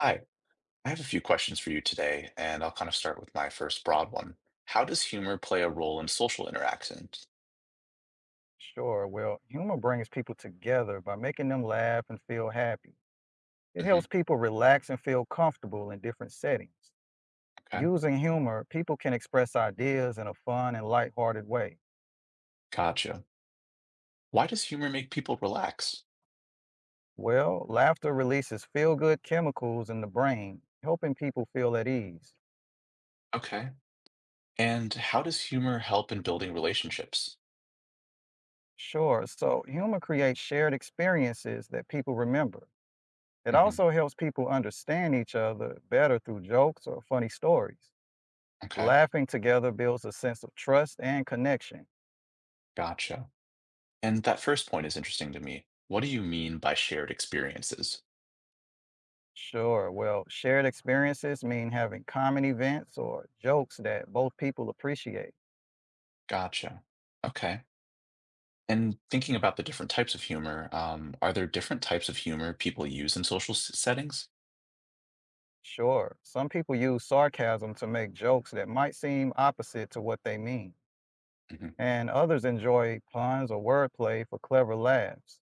Hi, I have a few questions for you today, and I'll kind of start with my first broad one. How does humor play a role in social interactions? Sure. Well, humor brings people together by making them laugh and feel happy. It hmm helps people relax and feel comfortable in different settings. Okay, Using humor, people can express ideas in a fun and lighthearted way. gotcha. Why does humor make people relax? Well, laughter releases feel good chemicals in the brain, helping people feel at ease. Okay. And how does humor help in building relationships? Sure. So, humor creates shared experiences that people remember. It hmm also helps people understand each other better through jokes or funny stories. Okay, Laughing together builds a sense of trust and connection. gotcha. And that first point is interesting to me. What do you mean by shared experiences? Sure. Well, shared experiences mean having common events or jokes that both people appreciate. Gotcha. Okay. And thinking about the different types of humor, are there different types of humor people use in social settings? Sure. Some people use sarcasm to make jokes that might seem opposite to what they mean, hmm and others enjoy puns or wordplay for clever laughs.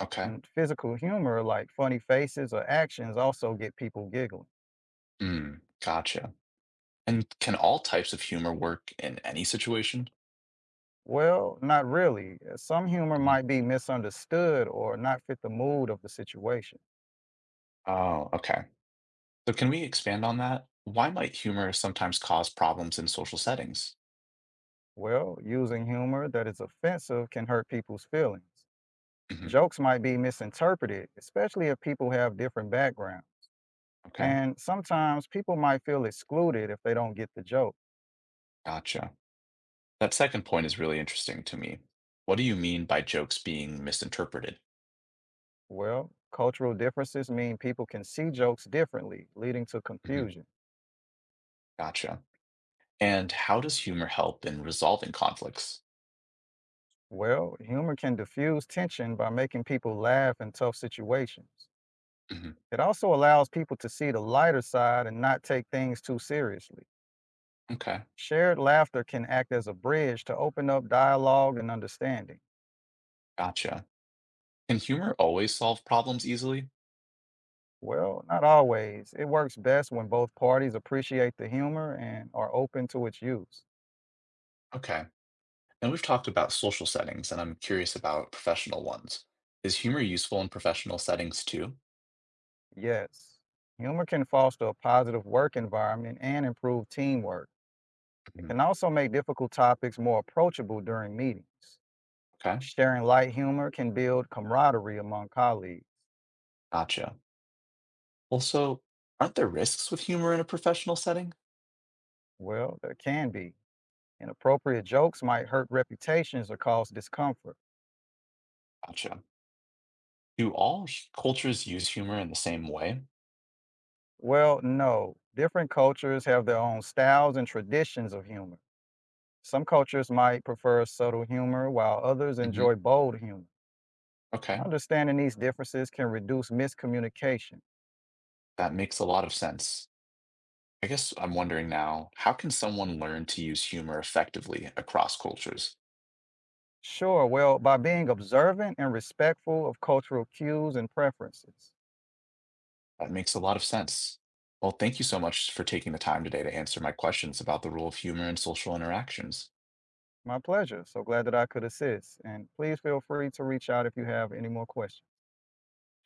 Okay. And physical humor, like funny faces or actions, also get people giggling. Mm, gotcha. And can all types of humor work in any situation? Well, not really. Some humor Mhm. might be misunderstood or not fit the mood of the situation. Oh, okay. So can we expand on that? Why might humor sometimes cause problems in social settings? Well, using humor that is offensive can hurt people's feelings. Mhm. Jokes might be misinterpreted, especially if people have different backgrounds. Okay, And sometimes people might feel excluded if they don't get the joke. gotcha. That second point is really interesting to me. What do you mean by jokes being misinterpreted? Well, cultural differences mean people can see jokes differently, leading to Mhm. confusion. Gotcha. And how does humor help in resolving conflicts? Well, humor can diffuse tension by making people laugh in tough situations. Mhm. It also allows people to see the lighter side and not take things too seriously. Okay, Shared laughter can act as a bridge to open up dialogue and understanding. gotcha. Can humor always solve problems easily? Well, not always. It works best when both parties appreciate the humor and are open to its use. Okay. And we've talked about social settings, and I'm curious about professional ones. Is humor useful in professional settings too? Yes, humor can foster a positive work environment and improve teamwork. It Mhm. can also make difficult topics more approachable during meetings. Okay, Sharing light humor can build camaraderie among colleagues. gotcha. Also, aren't there risks with humor in a professional setting? Well, there can be. Inappropriate jokes might hurt reputations or cause discomfort. Gotcha. Do all cultures use humor in the same way? Well, no. Different cultures have their own styles and traditions of humor. Some cultures might prefer subtle humor, while others hmm enjoy bold humor. Okay, Understanding these differences can reduce miscommunication. that makes a lot of sense. I guess I'm wondering now, how can someone learn to use humor effectively across cultures? Sure, well, by being observant and respectful of cultural cues and preferences. That makes a lot of sense. Well, thank you so much for taking the time today to answer my questions about the role of humor in social interactions. My pleasure. So glad that I could assist. And please feel free to reach out if you have any more questions.